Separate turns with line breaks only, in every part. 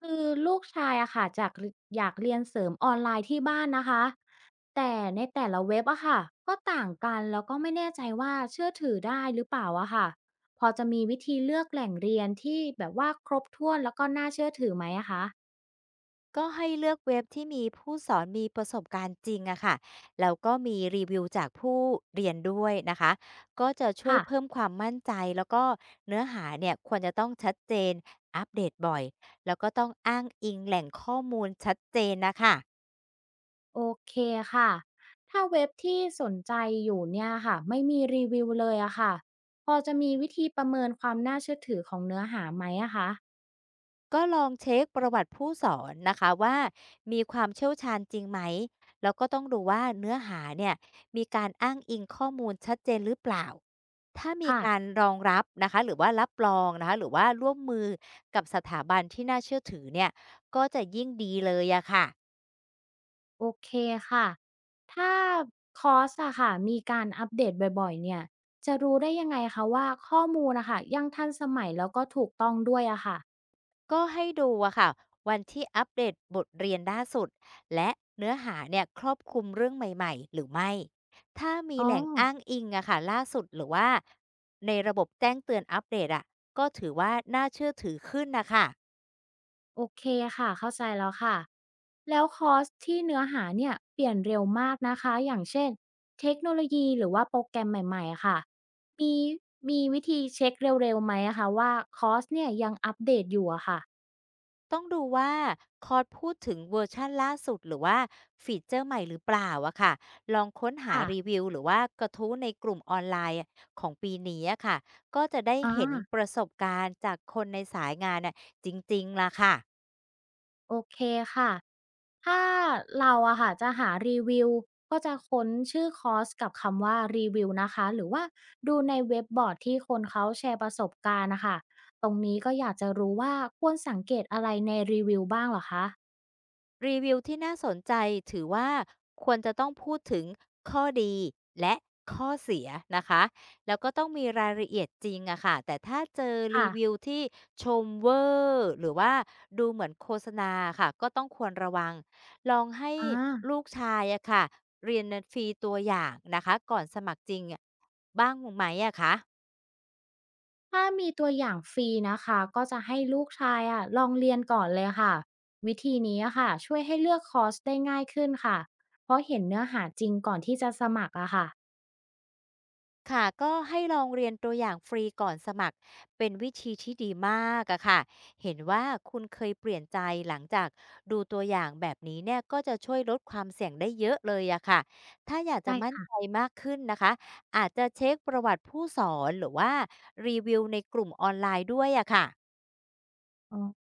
คือลูกชายอะค่ะจากอยากเรียนเสริมออนไลน์ที่บ้านนะคะแต่ในแต่ละเว็บอะค่ะก็ต่างกันแล้วก็ไม่แน่ใจว่าเชื่อถือได้หรือเปล่าอะค่ะพอจะมีวิธีเลือกแหล่งเรียนที่แบบว่าครบถ้วนแล้วก็น่าเชื่อถือไหมอะคะ
ก็ให้เลือกเว็บที่มีผู้สอนมีประสบการณ์จริงอะค่ะแล้วก็มีรีวิวจากผู้เรียนด้วยนะคะก็จะช่วย
ค่ะ
เพิ่มความมั่นใจแล้วก็เนื้อหาเนี่ยควรจะต้องชัดเจนอัปเดตบ่อย แล้วก็ต้องอ้างอิงแหล่งข้อมูลชัดเจนนะคะ
โอเคค่ะถ้าเว็บที่สนใจอยู่เนี่ยค่ะไม่มีรีวิวเลยอะค่ะพอจะมีวิธีประเมินความน่าเชื่อถือของเนื้อหาไหมอะคะ
ก็ลองเช็คประวัติผู้สอนนะคะว่ามีความเชี่ยวชาญจริงไหมแล้วก็ต้องดูว่าเนื้อหาเนี่ยมีการอ้างอิงข้อมูลชัดเจนหรือเปล่าถ้ามี
ค่ะ
การรองรับนะคะหรือว่ารับรองนะคะหรือว่าร่วมมือกับสถาบันที่น่าเชื่อถือเนี่ยก็จะยิ่งดีเลยอะค่ะ
โอเคค่ะ ถ้าคอร์สอะค่ะมีการอัปเดตบ่อยๆเนี่ยจะรู้ได้ยังไงคะว่าข้อมูลนะคะยังทันสมัยแล้วก็ถูกต้องด้วยอะค่ะ
ก็ให้ดูอะค่ะวันที่อัปเดตบทเรียนล่าสุดและเนื้อหาเนี่ยครอบคลุมเรื่องใหม่ๆหรือไม่ถ้ามี
อ๋อ
แหล่งอ้างอิงอะค่ะล่าสุดหรือว่าในระบบแจ้งเตือนอัปเดตอะก็ถือว่าน่าเชื่อถือขึ้นนะคะ
โอเคค่ะเข้าใจแล้วค่ะแล้วคอร์สที่เนื้อหาเนี่ยเปลี่ยนเร็วมากนะคะอย่างเช่นเทคโนโลยีหรือว่าโปรแกรมใหม่ๆอะค่ะมีมีวิธีเช็คเร็วๆไหมอะคะว่าคอร์สเนี่ยยังอัปเดตอยู่อะค่ะ
ต้องดูว่าคอร์สพูดถึงเวอร์ชันล่าสุดหรือว่าฟีเจอร์ใหม่หรือเปล่าอะค่ะลองค้นหา
ค่ะ
รีวิวหรือว่ากระทู้ในกลุ่มออนไลน์ของปีนี้อะค่ะก็จะได้
อา
เห็นประสบการณ์จากคนในสายงานน่ะจริงๆล่ะค่ะ
โอเคค่ะ ถ้าเราอะค่ะจะหารีวิวก็จะค้นชื่อคอร์สกับคำว่ารีวิวนะคะหรือว่าดูในเว็บบอร์ดที่คนเขาแชร์ประสบการณ์นะคะตรงนี้ก็อยากจะรู้ว่าควรสังเกตอะไรในรีวิวบ้างเหรอคะ
รีวิวที่น่าสนใจถือว่าควรจะต้องพูดถึงข้อดีและข้อเสียนะคะแล้วก็ต้องมีรายละเอียดจริงอะค่ะแต่ถ้าเจอรี
ค่ะ
วิวที่ชมเวอร์หรือว่าดูเหมือนโฆษณาค่ะก็ต้องควรระวังลองให้
อ่า
ลูกชายอะค่ะเรียนฟรีตัวอย่างนะคะก่อนสมัครจริงบ้างไหมอะคะ
ถ้ามีตัวอย่างฟรีนะคะก็จะให้ลูกชายอะลองเรียนก่อนเลยค่ะวิธีนี้อะค่ะช่วยให้เลือกคอร์สได้ง่ายขึ้นค่ะเพราะเห็นเนื้อหาจริงก่อนที่จะสมัครอะค่ะ
ค่ะก็ให้ลองเรียนตัวอย่างฟรีก่อนสมัครเป็นวิธีที่ดีมากอะค่ะเห็นว่าคุณเคยเปลี่ยนใจหลังจากดูตัวอย่างแบบนี้เนี่ยก็จะช่วยลดความเสี่ยงได้เยอะเลยอะค่ะถ้าอยากจะ
ได่
มั่น
ค่ะ
ใจมากขึ้นนะคะอาจจะเช็คประวัติผู้สอนหรือว่ารีวิวในกลุ่มออนไลน์ด้วยอะค่ะ
อ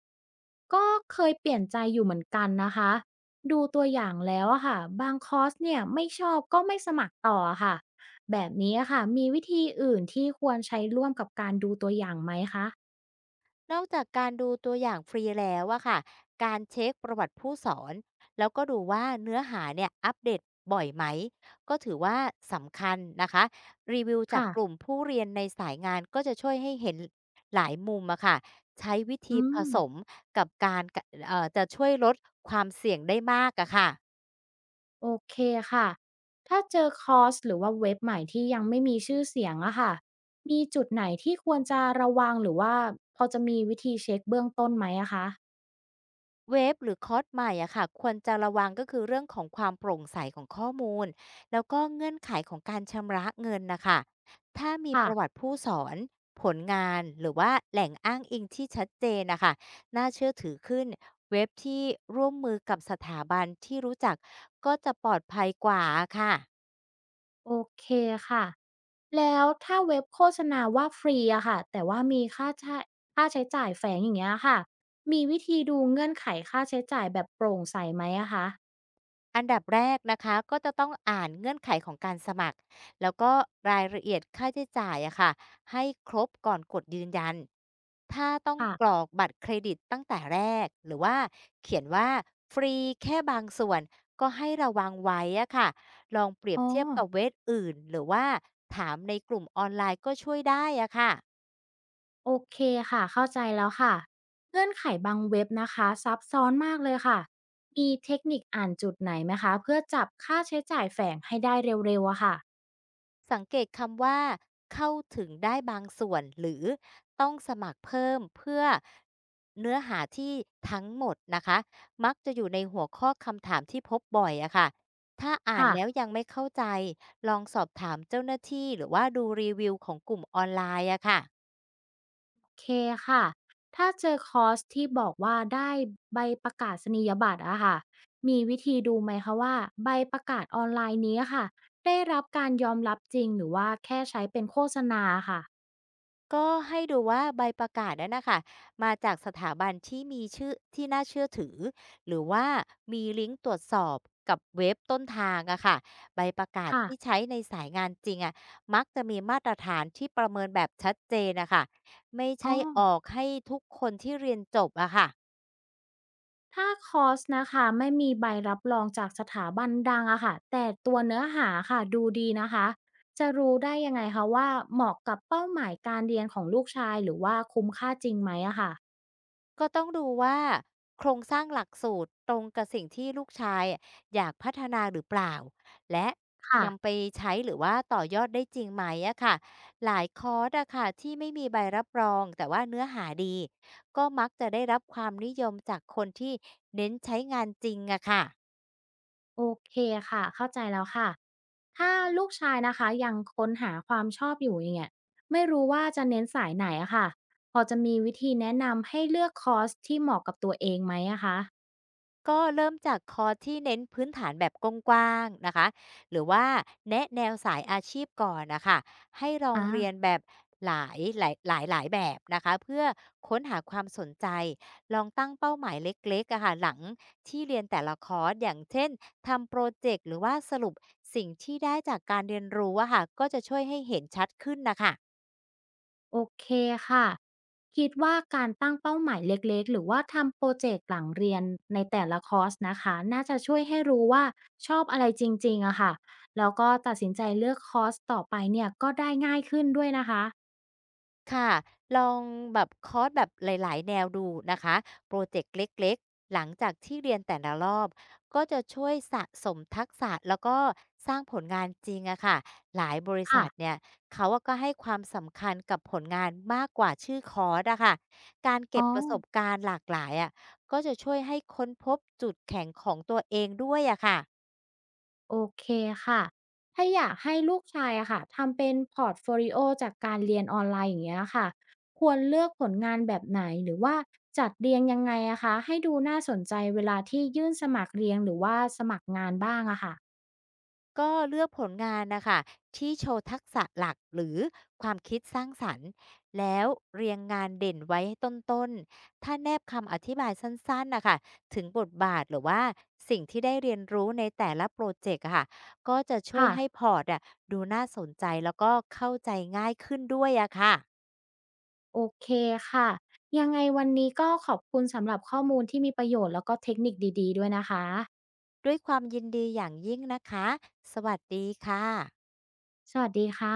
ก็เคยเปลี่ยนใจอยู่เหมือนกันนะคะ ดูตัวอย่างแล้วอะค่ะบางคอร์สเนี่ยไม่ชอบก็ไม่สมัครต่ออะค่ะ แบบนี้อะค่ะมีวิธีอื่นที่ควรใช้ร่วมกับการดูตัวอย่างไหมคะ
นอกจากการดูตัวอย่างฟรีแล้วอะค่ะ การเช็คประวัติผู้สอนแล้วก็ดูว่าเนื้อหาเนี่ยอัปเดตบ่อยไหมก็ถือว่าสำคัญนะคะรีวิวจาก
ค่ะ
กลุ่มผู้เรียนในสายงานก็จะช่วยให้เห็นหลายมุมอะค่ะใช้วิธี
อื
ผ
ม
สมกับการกะจะช่วยลดความเสี่ยงได้มากอะค่ะ
โอเคค่ะถ้าเจอคอร์สหรือว่าเว็บใหม่ที่ยังไม่มีชื่อเสียงอะค่ะมีจุดไหนที่ควรจะระวังหรือว่าพอจะมีวิธีเช็คเบื้องต้นไหมอะคะ
เว็บหรือคอร์สใหม่อะค่ะควรจะระวังก็คือเรื่องของความโปร่งใสของข้อมูลแล้วก็เงื่อนไขของการชำระเงินนะคะถ้ามีป
ค่ะ
ระวัติผู้สอนผลงานหรือว่าแหล่งอ้างอิงที่ชัดเจนนะคะน่าเชื่อถือขึ้นเว็บที่ร่วมมือกับสถาบันที่รู้จักก็จะปลอดภัยกว่าค่ะ
โอเคค่ะ แล้วถ้าเว็บโฆษณาว่าฟรีอะค่ะแต่ว่ามีค่าใช้จ่ายแฝงอย่างเงี้ยค่ะมีวิธีดูเงื่อนไขค่าใช้จ่ายแบบโปร่งใสไหมอะคะ
อันดับแรกนะคะก็จะต้องอ่านเงื่อนไขของการสมัครแล้วก็รายละเอียดค่าใช้จ่ายอะค่ะให้ครบก่อนกดยืนยันถ้าต้องกร
ค่ะ
อกบัตรเครดิตตั้งแต่แรกหรือว่าเขียนว่าฟรีแค่บางส่วนก็ให้ระวังไว้อะค่ะลองเปรีย
อ๋
บ
อ
เทียบกับเว็บอื่นหรือว่าถามในกลุ่มออนไลน์ก็ช่วยได้อะค่ะ
โอเคค่ะเข้าใจแล้วค่ะเงื่อนไขบางเว็บนะคะซับซ้อนมากเลยค่ะมีเทคนิคอ่านจุดไหนไหมคะเพื่อจับค่าใช้จ่ายแฝงให้ได้เร็วๆอะค่ะ
สังเกตคำว่าเข้าถึงได้บางส่วนหรือต้องสมัครเพิ่มเพื่อเนื้อหาที่ทั้งหมดนะคะมักจะอยู่ในหัวข้อคำถามที่พบบ่อยอะค่ะถ้าอ่าน
ค่ะ
แล้วยังไม่เข้าใจลองสอบถามเจ้าหน้าที่หรือว่าดูรีวิวของกลุ่มออนไลน์อะค่ะ
เคค่ะถ้าเจอคอร์สที่บอกว่าได้ใบประกาศนียบัตรอะค่ะมีวิธีดูไหมคะว่าใบประกาศออนไลน์นี้ค่ะได้รับการยอมรับจริงหรือว่าแค่ใช้เป็นโฆษณาค่ะ
ก็ให้ดูว่าใบประกาศนั้นนะคะมาจากสถาบันที่มีชื่อที่น่าเชื่อถือหรือว่ามีลิงก์ตรวจสอบกับเว็บต้นทางอะค่ะใบประกาศ
ค่ะ
ที่ใช้ในสายงานจริงอะมักจะมีมาตรฐานที่ประเมินแบบชัดเจนนะคะไม่
อ๋อ
ใช่ออกให้ทุกคนที่เรียนจบอะค่ะ
ถ้าคอร์สนะคะไม่มีใบรับรองจากสถาบันดังอะค่ะแต่ตัวเนื้อหาค่ะดูดีนะคะจะรู้ได้ยังไงคะว่าเหมาะกับเป้าหมายการเรียนของลูกชายหรือว่าคุ้มค่าจริงไหมอะค่ะ
ก็ต้องดูว่าโครงสร้างหลักสูตรตรงกับสิ่งที่ลูกชายอยากพัฒนาหรือเปล่าและ
ค่ะ
นำไปใช้หรือว่าต่อยอดได้จริงไหมอะค่ะหลายคอร์สอะค่ะที่ไม่มีใบรับรองแต่ว่าเนื้อหาดีก็มักจะได้รับความนิยมจากคนที่เน้นใช้งานจริงอะค่ะ
โอเคค่ะเข้าใจแล้วค่ะถ้าลูกชายนะคะยังค้นหาความชอบอยู่อย่างเงี้ยไม่รู้ว่าจะเน้นสายไหนอะค่ะพอจะมีวิธีแนะนำให้เลือกคอร์สที่เหมาะกับตัวเองไหมอะคะ
ก็เริ่มจากคอร์สที่เน้นพื้นฐานแบบกว้างๆนะคะหรือว่าแนะแนวสายอาชีพก่อนนะคะให้ลองเรียน
อ่า
แบบหลายแบบนะคะเพื่อค้นหาความสนใจลองตั้งเป้าหมายเล็กๆอะค่ะหลังที่เรียนแต่ละคอร์สอย่างเช่นทำโปรเจกต์หรือว่าสรุปสิ่งที่ได้จากการเรียนรู้อะค่ะก็จะช่วยให้เห็นชัดขึ้นนะคะ
โอเคค่ะคิดว่าการตั้งเป้าหมายเล็กๆหรือว่าทำโปรเจกต์หลังเรียนในแต่ละคอร์สนะคะน่าจะช่วยให้รู้ว่าชอบอะไรจริงๆอะค่ะแล้วก็ตัดสินใจเลือกคอร์สต่อไปเนี่ยก็ได้ง่ายขึ้นด้วยนะคะ
ค่ะ ลองแบบคอร์สแบบหลายๆแนวดูนะคะโปรเจกต์เล็กๆ หลังจากที่เรียนแต่ละรอบ ก็จะช่วยสะสมทักษะแล้วก็สร้างผลงานจริงอะค่ะหลายบริษั
ค่ะ
ทเนี่ยเขาอะก็ให้ความสำคัญกับผลงานมากกว่าชื่อคอร์สอะค่ะการเก็
อ๋อ
บประสบการณ์หลากหลายอะก็จะช่วยให้ค้นพบจุดแข็งของตัวเองด้วยอะค่ะ
โอเคค่ะ ถ้าอยากให้ลูกชายอะค่ะทำเป็นพอร์ตโฟลิโอจากการเรียนออนไลน์อย่างเงี้ยค่ะ ควรเลือกผลงานแบบไหนหรือว่าจัดเรียงยังไงอะคะให้ดูน่าสนใจเวลาที่ยื่นสมัครเรียนหรือว่าสมัครงานบ้างอะค่ะ
ก็เลือกผลงานนะคะที่โชว์ทักษะหลักหรือความคิดสร้างสรรค์แล้วเรียงงานเด่นไว้ให้ต้นๆ ถ้าแนบคำอธิบายสั้นๆนะคะถึงบทบาทหรือว่าสิ่งที่ได้เรียนรู้ในแต่ละโปรเจกต์อะค่ะก็จะช่วย
ค่ะ
ให้พอร์ตอะดูน่าสนใจแล้วก็เข้าใจง่ายขึ้นด้วยอะค่ะ
โอเคค่ะ ยังไงวันนี้ก็ขอบคุณสำหรับข้อมูลที่มีประโยชน์แล้วก็เทคนิคดีๆด้วยนะคะ
ด้วยความยินดีอย่างยิ่งนะคะสวัสดีค่ะ
สวัสดีค่ะ